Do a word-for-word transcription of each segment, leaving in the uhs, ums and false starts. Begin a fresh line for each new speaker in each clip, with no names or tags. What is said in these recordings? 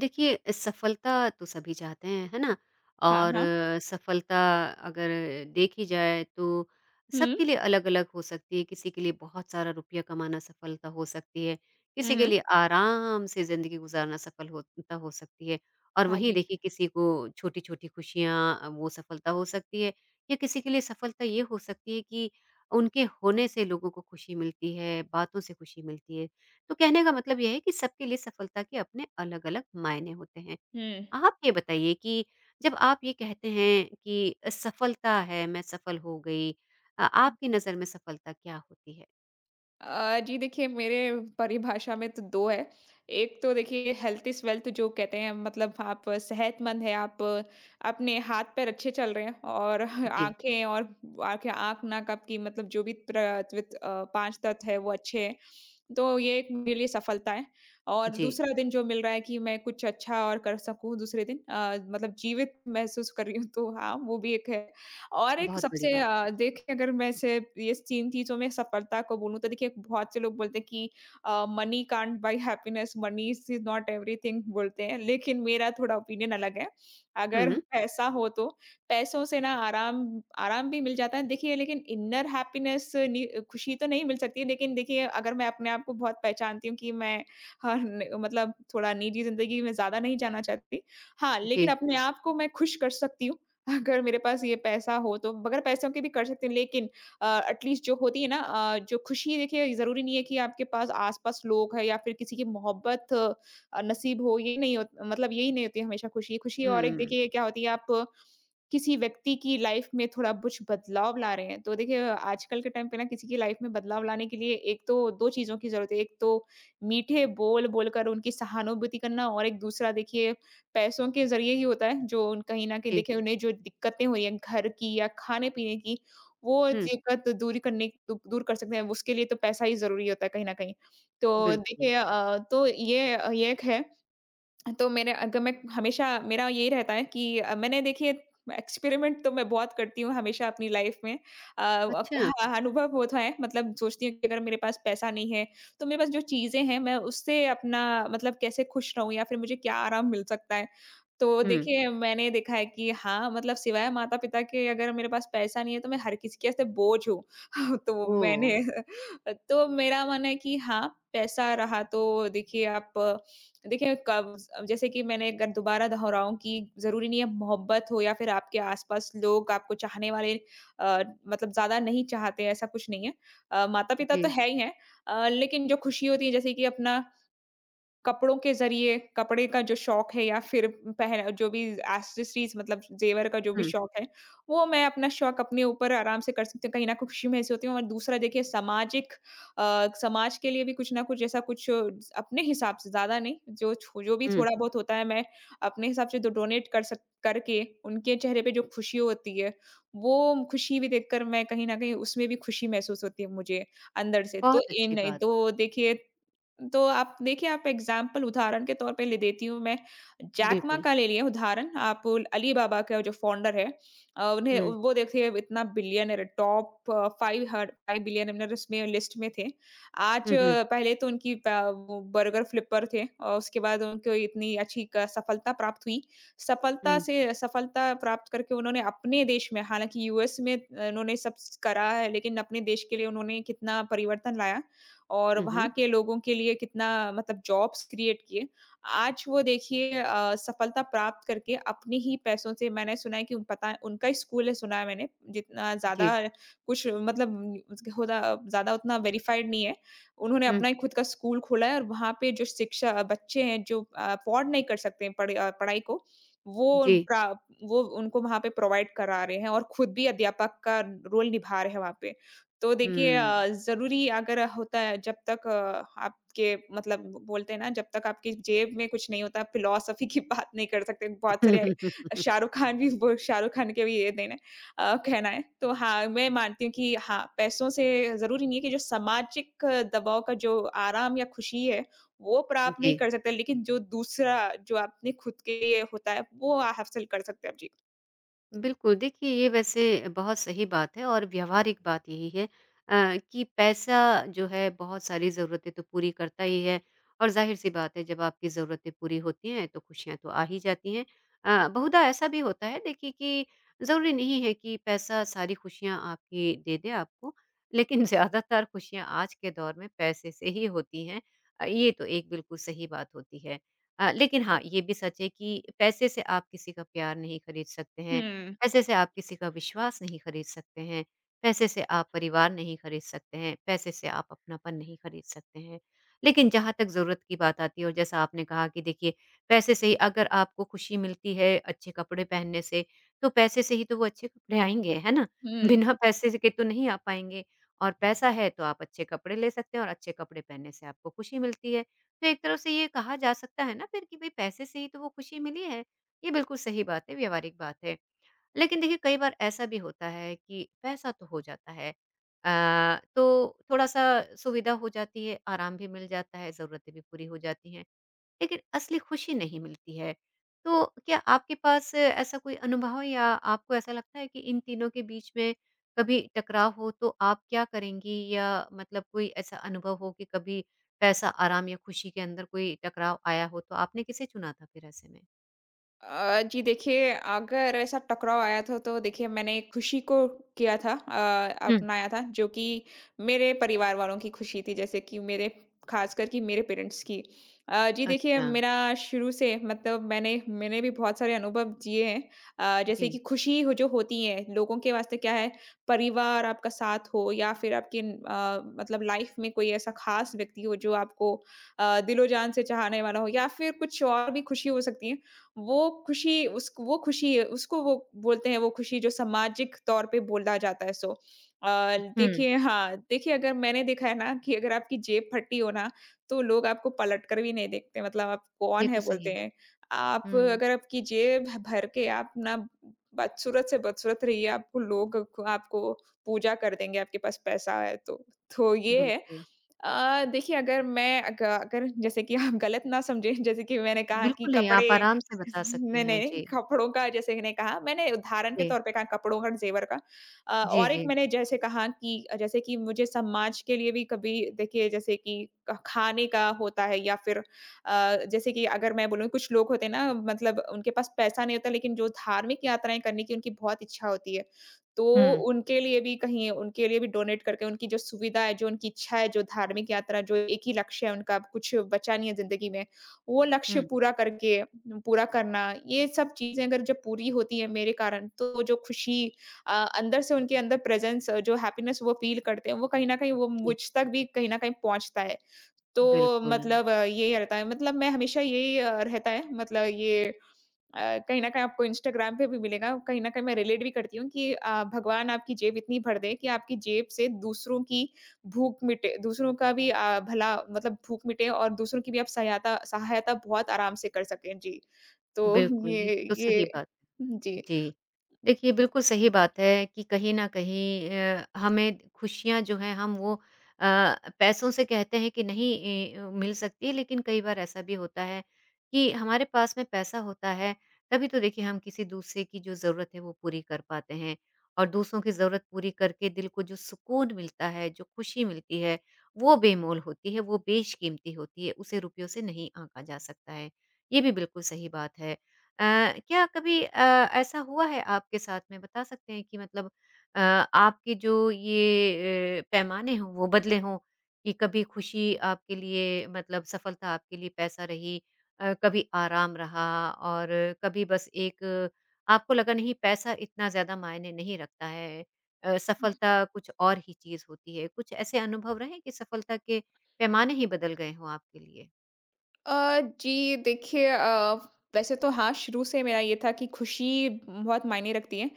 देखिए, सफलता तो सभी चाहते हैं, है ना?
हाँ,
और
हाँ।
अ, सफलता अगर देखी जाए तो
हुँ,
सबके लिए अलग-अलग हो सकती है, किसी के लिए बहुत सारा रुपया कमाना सफलता हो सकती है,
हुँ,
किसी के
हुँ।
लिए आराम से ज़िंदगी गुज़ारना सफल होता हो सकती है और
हाँ
वहीं
जी।
देखिए किसी को छोटी-छोटी खुशियाँ अ, वो सफलता हो सकती है या किसी के लिए सफलता ये हो सकती है कि उनके होने से लोगों को खुशी मिलती है, बातों से खुशी मिलती है। तो कहने का मतलब ये है कि सबके लिए सफलता के अपने अलग-अलग मायने होते हैं।
हुँ।
आप ये बताइए कि जब आप ये कहते हैं कि सफलता है, मैं सफल हो गई अ, आपकी नज़र में सफलता क्या होती है?
अ, जी देखिए मेरे परिभाषा में तो दो है। एक तो देखिए हेल्थ इज़ वेल्थ जो कहते हैं, मतलब आप सेहतमंद हैं, आप अपने हाथ-पैर अच्छे चल रहे हैं और
जी,
आँखें और आँखें आँख, नाक आपकी, मतलब जो भी प्र त्वित अ, पाँच तत्व है वो अच्छे हैं। तो ये एक मेरे लिए सफलता है और
जी,
दूसरा दिन जो मिल रहा है कि मैं कुछ अच्छा और कर सकूँ, दूसरे दिन अ, मतलब जीवित महसूस कर रही हूँ, तो हाँ, वो भी एक है। और एक
बहुत बड़ी
सबसे
बात।
अ, देखिए अगर मैं से ये तीन चीज़ों में सफलता को बोलूँ, तो देखिए बहुत से लोग बोलते हैं कि money can't buy happiness, money is not everything बोलते हैं, लेकिन मेरा थोड़ा ओपिनियन अलग है। अगर
हुँ,
पैसा हो तो पैसों से ना आराम आराम भी मिल जाता है देखिए, लेकिन इनर हैप्पीनेस नि खुशी तो नहीं मिल सकती है। लेकिन देखिए अगर मैं अपने आप को बहुत पहचानती हूँ कि मैं हर न मतलब थोड़ा निजी ज़िंदगी में ज़्यादा नहीं जाना चाहती। हाँ, लेकिन
जी,
अपने आप को मैं खुश कर सकती हूँ। अगर मेरे पास ये पैसा हो तो, बगैर पैसों के भी कर सकते हैं लेकिन अ, एटलीस्ट जो होती है ना अ, जो खुशी, देखिए ज़रूरी नहीं है कि आपके पास आस-पास लोग हैं या फिर किसी की मोहब्बत अ, नसीब हो, ये नहीं हो मतलब यही नहीं होती हमेशा खुशी। खुशी और एक
हुँ,
देखिए क्या होती है, आप किसी व्यक्ति की लाइफ में थोड़ा कुछ बदलाव ला रहे हैं। तो देखिए आजकल के टाइम पे ना किसी की लाइफ में बदलाव लाने के लिए एक तो दो चीज़ों की ज़रूरत है। एक तो मीठे बोल बोलकर उनकी सहानुभूति करना, और एक दूसरा देखिए पैसों के ज़रिए ही होता है, जो उन कहीं न कहीं
जी,
देखिए उन्हें जो दिक्कतें हुई हैं घर की या खाने-पीने की, वो
हुँ,
दिक्कत दूर करने दू दूर कर सकते हैं। उसके लिए तो पैसा ही ज़रूरी होता है, कहीं न कहीं। तो
बिल्कुल।
देखिए अ, तो ये ये एक है। तो मेरे, अगर मैं हमेशा मेरा यही रहता है कि अ, मैंने देखिए एक्सपेरिमेंट तो मैं बहुत करती हूँ हमेशा अपनी लाइफ में। अ, अ,
अच्छा,
हाँ, अनुभव होता है, मतलब सोचती हूँ कि अगर मेरे पास पैसा नहीं है तो मेरे पास जो चीज़ें हैं मैं उससे अपना मतलब कैसे खुश रहूँ, या फिर मुझे क्या आराम मिल सकता है। तो
हुँ,
देखिए मैंने देखा है कि हाँ, मतलब सिवाय माता पिता के अगर मेरे पास पैसा नहीं है तो मैं हर किसी के से बोझ हूँ। तो
ओह!
मैंने तो मेरा मन है कि हाँ, पैसा रहा तो देखिए आप देखिए कब, जैसे कि मैंने अगर दोबारा दोहराऊँ कि ज़रूरी नहीं है मोहब्बत हो या फिर आपके आस-पास लोग आपको चाहने वाले, अ, मतलब ज़्यादा नहीं चाहते हैं, ऐसा कुछ नहीं है। अ, माता-पिता तो
जी,
है ही हैं। अ, लेकिन जो खुशी होती है जैसे कि अपना कपड़ों के ज़रिए, कपड़े का जो शौक है या फिर पह जो भी एक्सेसरीज़, मतलब ज़ेवर का जो भी
हुँ,
शौक है, वो मैं अपना शौक अपने ऊपर आराम से कर सकती हूँ, कहीं न कहीं खुशी महसूस होती है। और दूसरा देखिए सामाजिक अ, समाज के लिए भी कुछ ना कुछ ऐसा कुछ अ, अपने हिसाब से ज़्यादा नहीं, जो छो जो भी
हुँ,
थोड़ा बहुत होता है मैं अपने हिसाब से तो डोनेट कर सक करके उनके चेहरे पे जो खुशी होती है, वो खुशी भी देखकर मैं कहीं न कहीं उसमें भी खुशी महसूस होती है मुझे अंदर से। तो
बहुत
इन
अच्छी
नहीं
बात,
तो देखिए तो आप देखिए, आप एग्जाम्पल उदाहरण के तौर पे ले देती हूँ मैं। जैक मा
बिल्कुल।
का ले लिए उदाहरण आप, उल- अली बाबा का जो फाउंडर है। अ, उन्हें
हुँ,
वो देखिए इतना billionaire, top five five billionaire उसमें लिस्ट में थे। आज
हुँ, हुँ,
अ, पहले तो उनकी पा- वो बर्गर फ्लिपर थे, और उसके बाद उनको इतनी अच्छी क- सफलता प्राप्त हुई। सफलता
हुँ,
से सफलता प्राप्त करके उन्होंने अपने देश में, हालांकि यूएस में अ, उन्होंने सब करा है, लेकिन अपने देश के लिए उन्होंने कितना परिवर्तन लाया और
हुँ,
वहाँ
हुँ,
के लोगों के लिए कितना, मतलब जॉब्स क्रिएट किए। आज वो देखिए अ, सफलता प्राप्त करके अपने ही पैसों से, मैंने सुना है कि उन- पता उनका ही स्कूल है सुना है मैंने, जितना ज़्यादा
जी,
कुछ मतलब उसके होदा ज़्यादा उतना वेरिफाइड नहीं है। उन्होंने
हुँ,
अपना ही खुद का स्कूल खोला है, और वहाँ पे जो शिक्षा बच्चे हैं जो अफोर्ड नहीं कर सकते हैं पढ़ अ, पढ़ाई को, वो
जी,
प्रा वो उनको वहाँ पे प्रोवाइड करा रहे हैं, और खुद भी अध्यापक का रोल निभा रहे हैं वहाँ पे। तो देखिए
हुँ।
अ, ज़रूरी अगर होता है जब तक अ, आपके मतलब बोलते हैं ना, जब तक आपकी जेब में कुछ नहीं होता फिलॉसफी की बात नहीं कर सकते। बहुत सारे शाहरुख खान भी, वो शाहरुख खान के भी ये देना अ, कहना है। तो हाँ, मैं मानती हूँ कि हाँ, पैसों से ज़रूरी नहीं है कि जो सामाजिक दबाव का जो आराम या खुशी है, वो प्राप्त नहीं
जी।
कर सकते। लेकिन जो दूसरा जो आपने खुद के लिए होता है, वो हासिल कर सकते हैं आप। जी।
बिल्कुल, देखिए ये वैसे बहुत सही बात है और व्यावहारिक बात यही है अ, कि पैसा जो है बहुत सारी ज़रूरतें तो पूरी करता ही है और ज़ाहिर-सी बात है जब आपकी ज़रूरतें पूरी होती हैं तो खुशियाँ तो आ ही जाती हैं। अ, बहुधा ऐसा भी होता है देखिए कि ज़रूरी नहीं है कि पैसा सारी खुशियाँ आपकी दे दे आपको, लेकिन ज़्यादातर खुशियाँ आज के दौर में पैसे से ही होती हैं। अ, ये तो एक बिल्कुल सही बात होती है। अ, लेकिन हाँ, ये भी सच है कि पैसे से आप किसी का प्यार नहीं खरीद सकते हैं,
हुँ,
पैसे से आप किसी का विश्वास नहीं खरीद सकते हैं, पैसे से आप परिवार नहीं खरीद सकते हैं, पैसे से आप अपनापन नहीं खरीद सकते हैं। लेकिन जहाँ तक ज़रूरत की बात आती है और जैसा आपने कहा कि देखिए पैसे से ही अगर आपको खुशी मिलती है अच्छे कपड़े पहनने से, तो पैसे से ही तो वो अच्छे कपड़े आएँगे, है ना?
हुँ।
बिना पैसे से के तो नहीं आ पाएँगे और पैसा है तो आप अच्छे कपड़े ले सकते हैं और अच्छे कपड़े पहनने से आपको खुशी मिलती है। तो एक तरफ से ये कहा जा सकता है ना फिर कि भई पैसे से ही तो वो खुशी मिली है। ये बिल्कुल सही बात है, व्यावहारिक बात है। लेकिन देखिए कई बार ऐसा भी होता है कि पैसा तो हो जाता है अ, तो थोड़ा-सा सुविधा हो जाती है, आराम भी मिल जाता है, ज़रूरतें भी पूरी हो जाती हैं, लेकिन असली खुशी नहीं मिलती है। तो क्या आपके पास ऐसा कोई अनुभव है या आपको ऐसा लगता है कि इन तीनों के बीच में कभी टकराव हो तो आप क्या करेंगी? या मतलब कोई ऐसा अनुभव हो कि कभी पैसा, आराम या खुशी के अंदर कोई टकराव आया हो, तो आपने किसे चुना था फिर ऐसे में?
अ, जी देखिए, अगर ऐसा टकराव आया था तो देखिए मैंने खुशी को किया था अ,
हुँ।
अपनाया था, जो कि मेरे परिवार वालों की खुशी थी, जैसे कि मेरे ख़ासकर कि मेरे पेरेंट्स की। अ, जी देखिए
अच्छा।
मेरा शुरू से, मतलब मैंने मैंने भी बहुत सारे अनुभव जिए हैं। अ, जैसे
जी।
कि खुशी हो, जो होती है लोगों के वास्ते क्या है, परिवार आपका साथ हो, या फिर आपकी अ, मतलब लाइफ़ में कोई ऐसा ख़ास व्यक्ति हो जो आपको अ, दिलो जान से चाहने वाला हो, या फिर कुछ और भी खुशी हो सकती है। वो खुशी उसक वो खुशी उसको वो बोलते हैं, वो खुशी जो सामाजिक तौर पे बोला जाता है सो। अ,
हुँ।
देखिए हाँ, देखिए अगर मैंने देखा है ना कि अगर आपकी जेब फटी हो ना, तो लोग आपको पलट कर भी नहीं देखते, मतलब आप कौन
ये
है
तो सही
बोलते
है।
हैं। आप
हुँ,
अगर आपकी जेब भ भर के आप ना, बदसूरत से बदसूरत रहिए, आपको लोग क आपको पूजा कर देंगे, आपके पास पैसा है तो। तो ये है।
बिल्कुल।
अ, देखिए अगर मैं अग अगर जैसे कि आप गलत ना समझें, जैसे कि मैंने कहा कि
बिल्कुल नहीं, आप
कपड़े,
आराम से बता सकती
नहीं,
हैं।
नहीं,
जी,
कपड़ों का जैसे मैंने कहा, मैंने उदाहरण के
जी।
तौर पे कहा कपड़ों का और ज़ेवर का। अ,
जी,
और एक
जी।
मैंने जैसे कहा कि अ, जैसे कि मुझे समाज के लिए भी कभी देखिए, जैसे कि क खाने का होता है या फिर अ, जैसे कि अगर मैं बोलूँ, कुछ लोग होते हैं ना मतलब उनके पास पैसा नहीं होता, लेकिन जो धार्मिक यात्राएँ करने की उनकी बहुत इच्छा होती है। तो
हुँ।
उनके लिए भी कहीं, उनके लिए भी डोनेट करके उनकी जो सुविधा है, जो उनकी इच्छा है, जो धार्मिक यात्रा जो एक ही लक्ष्य है उनका, कुछ बचा नहीं है ज़िंदगी में, वो लक्ष्य
हुँ,
पूरा करके पूरा करना, ये सब चीज़ें अगर जब पूरी होती हैं मेरे कारण, तो जो खुशी अ, अंदर से उनके अंदर प्रेज़ेंस जो हैप्पीनेस वो फ़ील करते हैं, वो कहीं न कहीं वो मुझ
जी,
तक भी कहीं न कहीं पहुँचता है। तो
बिल्कुल।
मतलब अ, यही रहता है, मतलब मैं हमेशा यही अ, रहता है मतलब ये अ, कहीं न कहीं आपको इंस्टाग्राम पे भी मिलेगा, कहीं न कहीं मैं रिलेट भी करती हूँ कि अ, भगवान आपकी जेब इतनी भर दे कि आपकी जेब से दूसरों की भूख मिटे, दूसरों का भी अ, भला मतलब भूख मिटे, और दूसरों की भी आप सहायता सहायता बहुत आराम से कर सकें। जी, तो
बिल्कुल, ये
ये
तो सही
ये
बात
जी।
है। जी। देखिए, बिल्कुल सही बात है कि कहीं न कहीं अ, हमें खुशियाँ जो हैं हम वो अ, पैसों से कहते हैं कि नहीं ए, अ, मिल सकती है लेकिन कई बार ऐसा भी होता है कि हमारे पास में पैसा होता है, तभी तो देखिए हम किसी दूसरे की जो ज़रूरत है वो पूरी कर पाते हैं और दूसरों की ज़रूरत पूरी करके दिल को जो सुकून मिलता है, जो खुशी मिलती है, वो बेमोल होती है, वो बेशकीमती होती है, उसे रुपयों से नहीं आँका जा सकता है। ये भी बिल्कुल सही बात है। अ, क्या कभी अ, ऐसा हुआ है आपके साथ में? बता सकते हैं कि मतलब अ, आपके जो ये अ, पैमाने हों, वो बदले हों? कि कभी खुशी आपके लिए मतलब सफलता आपके लिए पैसा रही अ, कभी आराम रहा और कभी बस एक आपको लगा नहीं पैसा इतना ज़्यादा मायने नहीं रखता है अ, सफलता कुछ और ही चीज़ होती है। कुछ ऐसे अनुभव रहे कि सफलता के पैमाने ही बदल गए हों आपके लिए?
अ, जी देखिए अ, वैसे तो हाँ, शुरू से मेरा ये था कि खुशी बहुत मायने रखती है,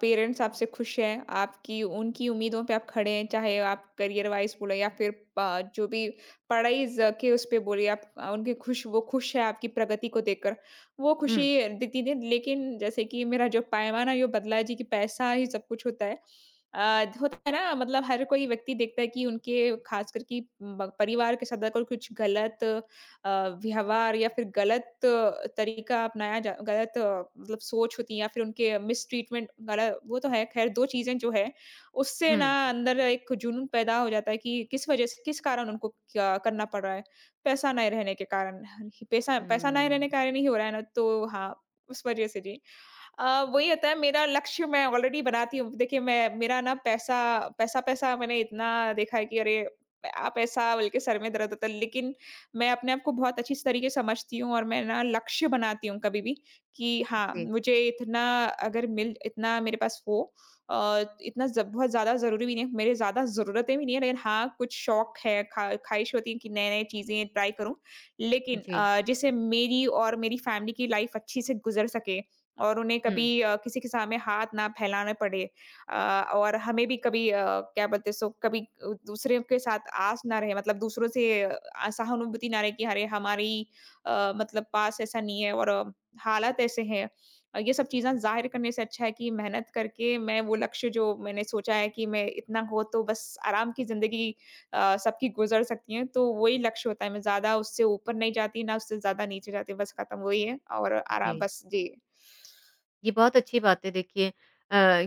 पेरेंट्स आपसे खुश हैं, आपकी उनकी उम्मीदों पे आप खड़े हैं, चाहे आप करियर वाइज बोले या फिर अ, जो भी पढ़ाई ज- के उस पे बोले आप अ, उनके खुश, वो खुश है आपकी प्रगति को देखकर, वो
हुँ,
खुशी देती थी। लेकिन जैसे कि मेरा जो पैमाना ये बदला है जी कि पैसा ही सब कुछ होता है। आ, होता है ना, मतलब हर कोई व्यक्ति देखता है कि उनके खास करके परिवार के सदस्य को कुछ गलत अ, व्यवहार या फिर गलत अ, तरीका अपनाया जा गलत अ, मतलब सोच होती है, या फिर उनके मिसट्रीटमेंट गलत, वो तो है खैर दो चीज़ें जो है, उससे ना
हुँ,
अंदर एक जुनून पैदा हो जाता है कि किस वज़ह से, किस कारण उनको क्या करना पड़ रहा है। पैसा नहीं रहने के कारण, पैसा पैसा नहीं
हुँ।
रहने के कारण ही हो रहा है ना, तो हाँ, उस वज़ह से जी। अ, वही होता है मेरा लक्ष्य, मैं ऑलरेडी बनाती हूँ। देखिए मैं मेरा ना पैसा पैसा-पैसा मैंने इतना देखा है कि अरे! आ पैसा बोल के सर में दर्द होता है। लेकिन मैं अपने आप को बहुत अच्छी तरीके से समझती हूँ, और मैं ना लक्ष्य बनाती हूँ कभी भी कि हाँ,
जी,
मुझे इतना अगर मिल इतना मेरे पास हो अ, इतना ज़ बहुत ज़्यादा ज़रूरी भी नहीं है, मेरे ज़्यादा ज़रूरतें भी नहीं है, लेकिन हाँ, कुछ शौक है, ख़्वा ख़्वाहिश होती है कि नए-नए चीज़ें ट्राई करूँ। लेकिन
जी।
अ, जिससे मेरी और मेरी फैमिली की लाइफ़ अच्छी से गुज़र सके। और उन्हें
हुँ।
कभी अ, किसी के सामने हाथ ना फैलाने पड़े, अ, और हमें भी कभी अ, क्या बोलते हैं, सो कभी अ, दूसरे के साथ आस ना रहे, मतलब दूसरों से अ, सहानुभूति ना रहे कि अरे हमारी अ, मतलब पास ऐसा नहीं है, और अ, हालात ऐसे हैं। अ, ये सब चीज़ें ज़ाहिर करने से अच्छा है कि मेहनत करके मैं वो लक्ष्य जो मैंने सोचा है कि मैं इतना हो तो बस आराम की ज़िंदगी अ, सबकी गुजर सकती है, तो वही लक्ष्य होता है, मैं ज़्यादा उससे ऊपर नहीं जाती, ना उससे ज़्यादा नीचे जाती, बस ख़त्म वही है और आराम
जी,
बस जी।
ये बहुत अच्छी बात है देखिए अ,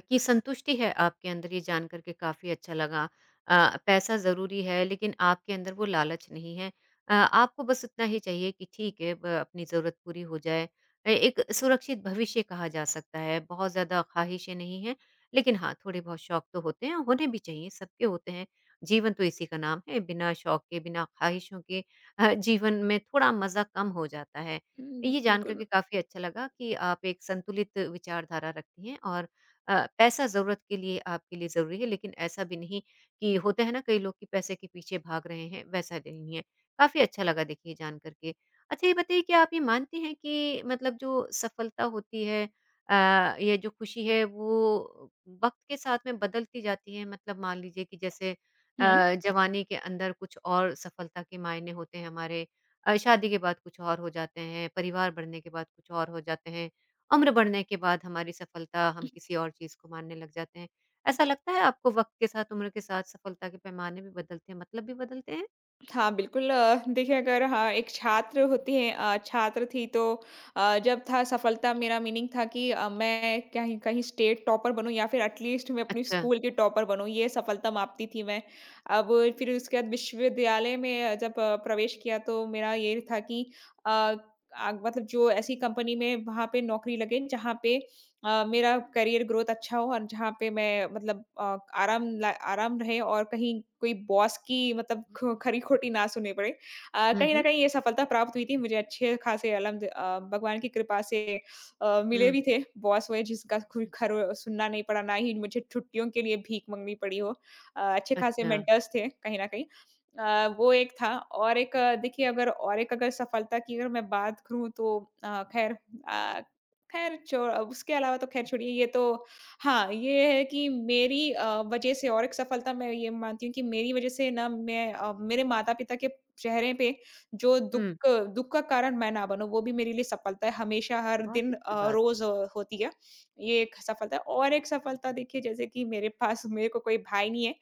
कि संतुष्टि है आपके अंदर ये जान कर के काफ़ी अच्छा लगा। अ, पैसा ज़रूरी है लेकिन आपके अंदर वो लालच नहीं है। अ, आपको बस इतना ही चाहिए कि ठीक है ब अपनी ज़रूरत पूरी हो जाए। ए एक सुरक्षित भविष्य कहा जा सकता है, बहुत ज़्यादा ख़्वाहिशें नहीं हैं, लेकिन हाँ, थोड़े बहुत शौक तो होते हैं, होने भी चाहिए, सबके होते हैं। जीवन तो इसी का नाम है, बिना शौक के, बिना ख़्वाहिशों के अ, जीवन में थोड़ा मज़ा कम हो जाता है।
हुँ,
ये जान कर
बिल्कुल।
के काफ़ी अच्छा लगा कि आप एक संतुलित विचारधारा रखती हैं और अ, पैसा ज़रूरत के लिए आपके लिए ज़रूरी है, लेकिन ऐसा भी नहीं कि होता है ना कई लोग कि पैसे के पीछे भाग रहे हैं, वैसा नहीं है। काफ़ी अच्छा लगा देखिए जान कर के। अच्छा ये बताइए क्या आप ये मानती हैं कि मतलब जो सफलता होती है अ, या जो खुशी है वो वक़्त के साथ में बदलती जाती है? मतलब मान लीजिए कि जैसे अ,
हुँ,
जवानी के अंदर कुछ और सफलता के मायने होते हैं हमारे अ, शादी के बाद कुछ और हो जाते हैं, परिवार बढ़ने के बाद कुछ और हो जाते हैं, उम्र बढ़ने के बाद हमारी सफलता हम किसी और चीज़ को मानने लग जाते हैं। ऐसा लगता है आपको वक़्त के साथ, उम्र के साथ सफलता के पैमाने भी बदलते हैं, मतलब भी बदलते हैं?
हाँ, बिल्कुल। अ, देखिए अगर हाँ, एक छात्र होती हैं, अ, छात्र थी तो अ, जब था सफलता मेरा मीनिंग था कि अ, मैं कहीं कहीं स्टेट टॉपर बनूँ, या फिर एटलीस्ट मैं अपनी
अच्छा।
स्कूल की टॉपर बनूँ, ये सफलता मापती थी मैं। अब फिर उसके बाद विश्वविद्यालय में जब अ, प्रवेश किया तो मेरा ये था कि अ, आग मतलब जो ऐसी कंपनी में वहाँ पे नौकरी लगे जहाँ पे अ, मेरा करियर ग्रोथ अच्छा हो, और जहाँ पे मैं मतलब अ, आराम ला आराम रहे, और कहीं कोई बॉस की मतलब ख खरी-खोटी ना सुननी पड़े। अ,
हुँ,
कहीं न
हुँ।
कहीं ये सफलता प्राप्त हुई थी। मुझे अच्छे खासे अलहम्द, अ, भगवान की कृपा से अ, मिले
हुँ।
भी थे बॉस, हुए जिसका कोई खर सुनना नहीं पड़ा, ना ही मुझे छुट्टियों के लिए भीख माँगनी पड़ी हो। अ, अच्छे खासे
अच्छा।
मेंटर्स थे कहीं न कहीं। अ, वो एक था, और एक अ, देखिए अगर और एक अगर सफलता की अगर मैं बात करूँ तो अ, खैर अ ख़ैर छोड़, अब उसके अलावा तो ख़ैर छोड़िए ये तो। हाँ, ये है कि मेरी अ, वज़ह से, और एक सफलता मैं ये मानती हूँ कि मेरी वज़ह से ना मैं अ, मेरे माता-पिता के चेहरे पे जो
हुँ।
दुःख दुःख का कारण मैं ना बनूँ, वो भी मेरे लिए सफलता है, हमेशा हर
बहुत
दिन
अच्छी
अ,
बात।
रोज़ होती है। ये एक सफलता है, और एक सफलता देखिए जैसे कि मेरे पास मेरे को कोई भाई नहीं है,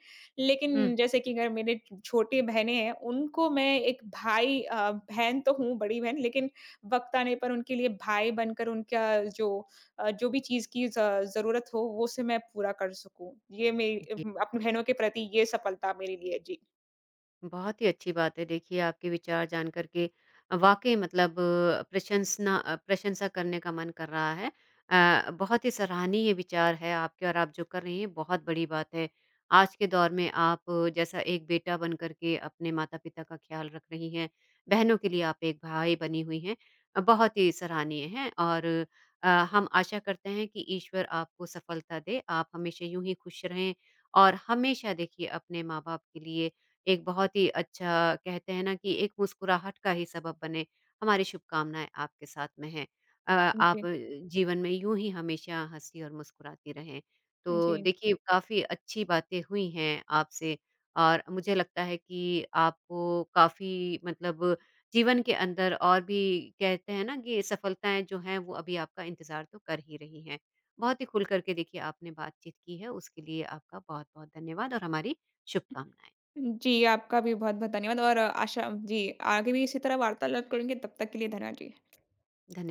हुँ।
लेकिन जैसे कि अगर मेरे छोटे बहनें हैं, उनको मैं एक भाई अ, बहन तो हूँ, बड़ी बहन, लेकिन वक़्त आने पर उनके लिए भाई बनकर उनका जो अ, जो भी चीज़ की ज़ ज़रूरत हो, वो उसे मैं पूरा कर सकूँ। ये मेरी
जी।
अम, अपनी बहनों के प्रति ये सफलता मेरे लिए है। जी।
बहुत ही अच्छी बात है देखिए आपके विचार जान करके वाकई मतलब अ, प्रशंसना अ, प्रशंसा करने का मन कर रहा है अ, बहुत ही सराहनीय विचार है आपके और आप जो कर रही हैं बहुत बड़ी बात है आज के दौर में आप अ, जैसा एक बेटा बन करके अपने माता पिता का ख्याल रख रही हैं बहनों के लिए आप एक भाई बनी हुई हैं अ, बहुत ही सराहनीय हैं और अ, हम आशा करते हैं कि ईश्वर आपको सफलता दे आप हमेशा यूं ही खुश रहें और हमेशा देखिए अपने माँ बाप के लिए एक बहुत ही अच्छा कहते हैं ना कि एक मुस्कुराहट का ही सबब बने। हमारी शुभकामनाएँ आपके साथ में हैं। अ, आप
जी,
जीवन में यूँ ही हमेशा हँसी और मुस्कुराती रहें। तो
जी।
देखिए काफ़ी अच्छी बातें हुई हैं आपसे और मुझे लगता है कि आपको काफ़ी मतलब जीवन के अंदर और भी कहते हैं ना कि सफलताएँ जो हैं वो अभी आपका इंतज़ार तो कर ही रही हैं। बहुत ही खुल कर के देखिए आपने बातचीत की है उसके लिए आपका बहुत-बहुत धन्यवाद और हमारी शुभकामनाएँ।
जी, आपका भी बहुत-बहुत धन्यवाद, और आशा जी, आगे भी इसी तरह वार्तालाप करेंगे, तब तक के लिए धन्यवाद जी।
धन्य